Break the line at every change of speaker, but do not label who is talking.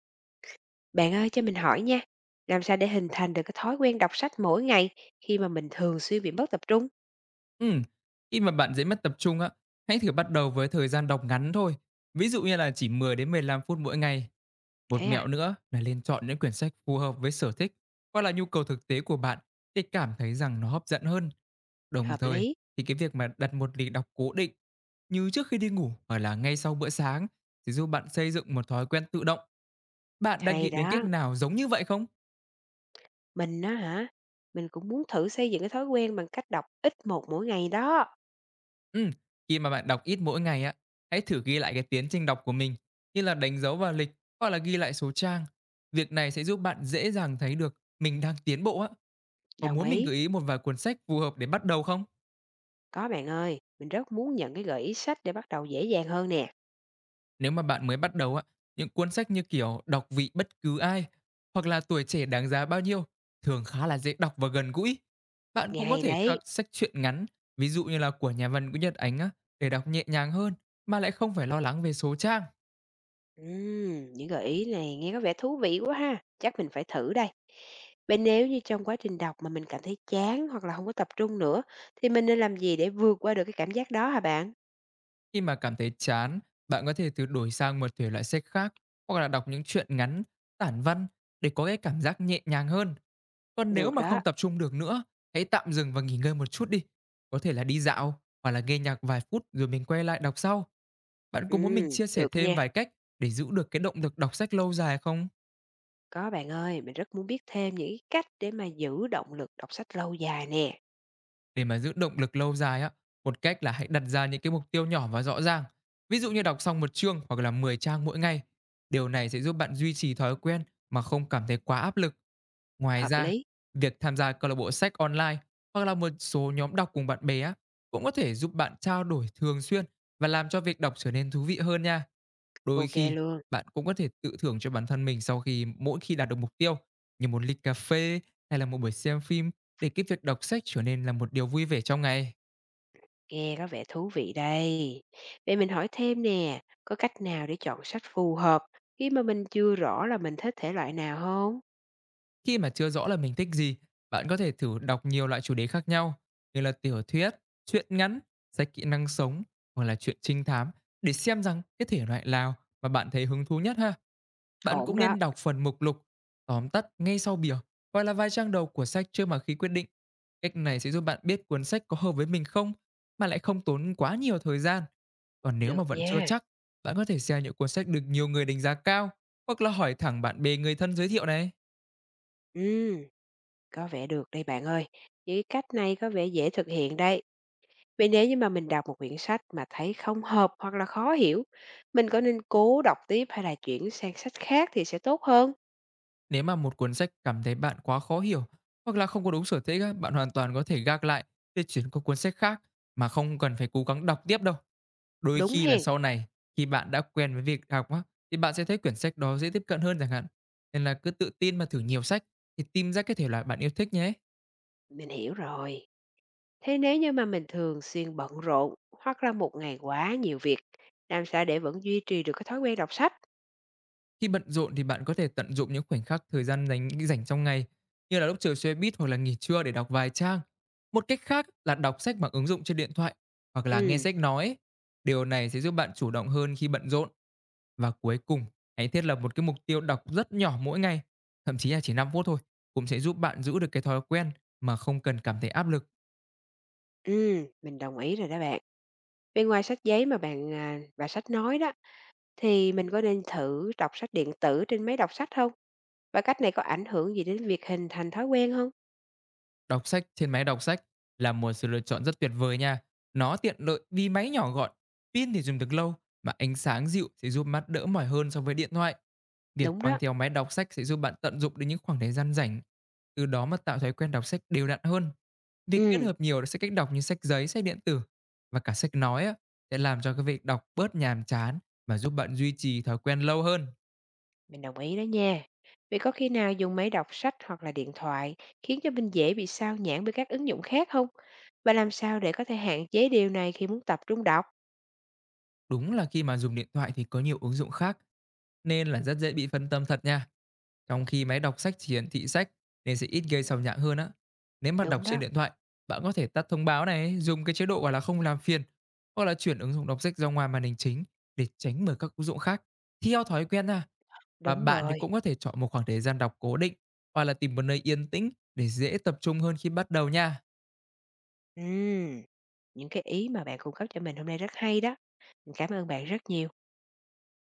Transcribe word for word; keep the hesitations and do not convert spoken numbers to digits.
Bạn ơi cho mình hỏi nha, làm sao để hình thành được cái thói quen đọc sách mỗi ngày khi mà mình thường xuyên bị mất tập trung?
Ừm, khi mà bạn dễ mất tập trung á, hãy thử bắt đầu với thời gian đọc ngắn thôi. Ví dụ như là chỉ mười đến mười lăm phút mỗi ngày. Một
Thế
mẹo
à,
nữa là nên chọn những quyển sách phù hợp với sở thích hoặc là nhu cầu thực tế của bạn, để cảm thấy rằng nó hấp dẫn hơn. Đồng
hợp
thời
lý,
thì cái việc mà đặt một lịch đọc cố định, như trước khi đi ngủ hoặc là ngay sau bữa sáng, sẽ giúp bạn xây dựng một thói quen tự động. Bạn đã
hay
nghĩ đến cách
đó.
nào giống như vậy không?
Mình đó hả, mình cũng muốn thử xây dựng cái thói quen bằng cách đọc ít một mỗi ngày đó.
Ừm, khi mà bạn đọc ít mỗi ngày á, hãy thử ghi lại cái tiến trình đọc của mình, như là đánh dấu vào lịch hoặc là ghi lại số trang. Việc này sẽ giúp bạn dễ dàng thấy được mình đang tiến bộ á. Có
Đồng
muốn mình
ý,
gợi ý một vài cuốn sách phù hợp để bắt đầu không?
có bạn ơi, mình rất muốn nhận cái gợi ý sách để bắt đầu dễ dàng hơn nè.
Nếu mà bạn mới bắt đầu á, những cuốn sách như kiểu Đọc Vị Bất Cứ Ai hoặc là Tuổi Trẻ Đáng Giá Bao Nhiêu thường khá là dễ đọc và gần gũi. Bạn
Nghe
cũng có
hay
thể các
đấy.
sách truyện ngắn, ví dụ như là của nhà văn Nguyễn Nhật Ánh á, để đọc nhẹ nhàng hơn mà lại không phải lo lắng về số trang.
Ừm, những gợi ý này nghe có vẻ thú vị quá ha, chắc mình phải thử đây. Vậy nếu như trong quá trình đọc mà mình cảm thấy chán hoặc là không có tập trung nữa, thì mình nên làm gì để vượt qua được cái cảm giác đó hả bạn?
Khi mà cảm thấy chán, bạn có thể thử đổi sang một thể loại sách khác, hoặc là đọc những truyện ngắn, tản văn, để có cái cảm giác nhẹ nhàng hơn. Còn nếu
Được
mà
đó,
không tập trung được nữa, hãy tạm dừng và nghỉ ngơi một chút đi. Có thể là đi dạo hoặc là nghe nhạc vài phút rồi mình quay lại đọc sau. Bạn có muốn mình
ừm,
chia sẻ
được
thêm
nha.
vài cách để giữ được cái động lực đọc sách lâu dài không?
Có bạn ơi, mình rất muốn biết thêm những cái cách để mà giữ động lực đọc sách lâu dài nè.
Để mà giữ động lực lâu dài á, một cách là hãy đặt ra những cái mục tiêu nhỏ và rõ ràng. Ví dụ như đọc xong một chương hoặc là mười trang mỗi ngày. Điều này sẽ giúp bạn duy trì thói quen mà không cảm thấy quá áp lực. Ngoài
Hợp
ra,
lý,
việc tham gia câu lạc bộ sách online hoặc là một số nhóm đọc cùng bạn bè á, cũng có thể giúp bạn trao đổi thường xuyên và làm cho việc đọc trở nên thú vị hơn nha. Đôi
ok
khi
luôn,
bạn cũng có thể tự thưởng cho bản thân mình sau khi mỗi khi đạt được mục tiêu, như một ly cà phê hay là một buổi xem phim, để cái việc đọc sách trở nên là một điều vui vẻ trong ngày.
nghe có vẻ thú vị đây. Vậy mình hỏi thêm nè, có cách nào để chọn sách phù hợp khi mà mình chưa rõ là mình thích thể loại nào không?
Khi mà chưa rõ là mình thích gì, bạn có thể thử đọc nhiều loại chủ đề khác nhau như là tiểu thuyết, truyện ngắn, sách kỹ năng sống hoặc là truyện trinh thám, để xem rằng cái thể loại nào mà bạn thấy hứng thú nhất ha. Bạn
Ổn
cũng
đó,
nên đọc phần mục lục, tóm tắt ngay sau bìa hoặc là vài trang đầu của sách trước mà khi quyết định. Cách này sẽ giúp bạn biết cuốn sách có hợp với mình không, mà lại không tốn quá nhiều thời gian. Còn nếu mà
được
vẫn chưa
nha.
chắc, bạn có thể xem những cuốn sách được nhiều người đánh giá cao hoặc là hỏi thẳng bạn bè, người thân giới thiệu này.
Ừ, có vẻ được đây bạn ơi. Những cái cách này có vẻ dễ thực hiện đây. Vậy nếu như mà mình đọc một quyển sách mà thấy không hợp hoặc là khó hiểu, mình có nên cố đọc tiếp hay là chuyển sang sách khác thì sẽ tốt hơn?
Nếu mà một cuốn sách cảm thấy bạn quá khó hiểu hoặc là không có đúng sở thích á, bạn hoàn toàn có thể gác lại để chuyển qua cuốn sách khác mà không cần phải cố gắng đọc tiếp đâu. Đôi
Đúng
khi là
hen,
sau này, khi bạn đã quen với việc đọc á, thì bạn sẽ thấy quyển sách đó dễ tiếp cận hơn chẳng hạn. Nên là cứ tự tin mà thử nhiều sách thì tìm ra cái thể loại bạn yêu thích nhé.
mình hiểu rồi. Thế nếu như mà mình thường xuyên bận rộn hoặc là một ngày quá nhiều việc, làm sao để vẫn duy trì được cái thói quen đọc sách?
Khi bận rộn thì bạn có thể tận dụng những khoảnh khắc thời gian dành rảnh trong ngày, như là lúc chờ xe buýt hoặc là nghỉ trưa để đọc vài trang. Một cách khác là đọc sách bằng ứng dụng trên điện thoại hoặc là nghe
Ừ,
sách nói. Điều này sẽ giúp bạn chủ động hơn khi bận rộn. Và cuối cùng, hãy thiết lập một cái mục tiêu đọc rất nhỏ mỗi ngày, thậm chí là chỉ năm phút thôi, cũng sẽ giúp bạn giữ được cái thói quen mà không cần cảm thấy áp lực.
ừ, mình đồng ý rồi đó bạn. Bên ngoài sách giấy mà bạn à, và sách nói đó, thì mình có nên thử đọc sách điện tử trên máy đọc sách không? Và cách này có ảnh hưởng gì đến việc hình thành thói quen không?
Đọc sách trên máy đọc sách là một sự lựa chọn rất tuyệt vời nha. Nó tiện lợi vì máy nhỏ gọn, pin thì dùng được lâu, mà ánh sáng dịu sẽ giúp mắt đỡ mỏi hơn so với điện thoại. Việc
Đúng
mang
đó.
theo máy đọc sách sẽ giúp bạn tận dụng được những khoảng thời gian rảnh, từ đó mà tạo thói quen đọc sách đều đặn hơn. Việc kết
Ừ,
hợp nhiều sách cách đọc như sách giấy, sách điện tử và cả sách nói á, sẽ làm cho cái việc đọc bớt nhàm chán và giúp bạn duy trì thói quen lâu hơn.
mình đồng ý đó nha. Vậy có khi nào dùng máy đọc sách hoặc là điện thoại khiến cho mình dễ bị sao nhãng bởi các ứng dụng khác không? Và làm sao để có thể hạn chế điều này khi muốn tập trung đọc?
Đúng là khi mà dùng điện thoại thì có nhiều ứng dụng khác, nên là rất dễ bị phân tâm thật nha. Trong khi máy đọc sách chỉ hiển thị sách nên sẽ ít gây sao nhãng hơn á. Nếu mà đọc
Đúng
trên
đó,
điện thoại, bạn có thể tắt thông báo này, dùng cái chế độ gọi là không làm phiền, hoặc là chuyển ứng dụng đọc sách ra ngoài màn hình chính để tránh mở các ứng dụng khác theo thói quen nha. Và
đúng
bạn thì
rồi.
cũng có thể chọn một khoảng thời gian đọc cố định hoặc là tìm một nơi yên tĩnh để dễ tập trung hơn khi bắt đầu nha.
Ừm, những cái ý mà bạn cung cấp cho mình hôm nay rất hay đó. Mình cảm ơn bạn rất nhiều.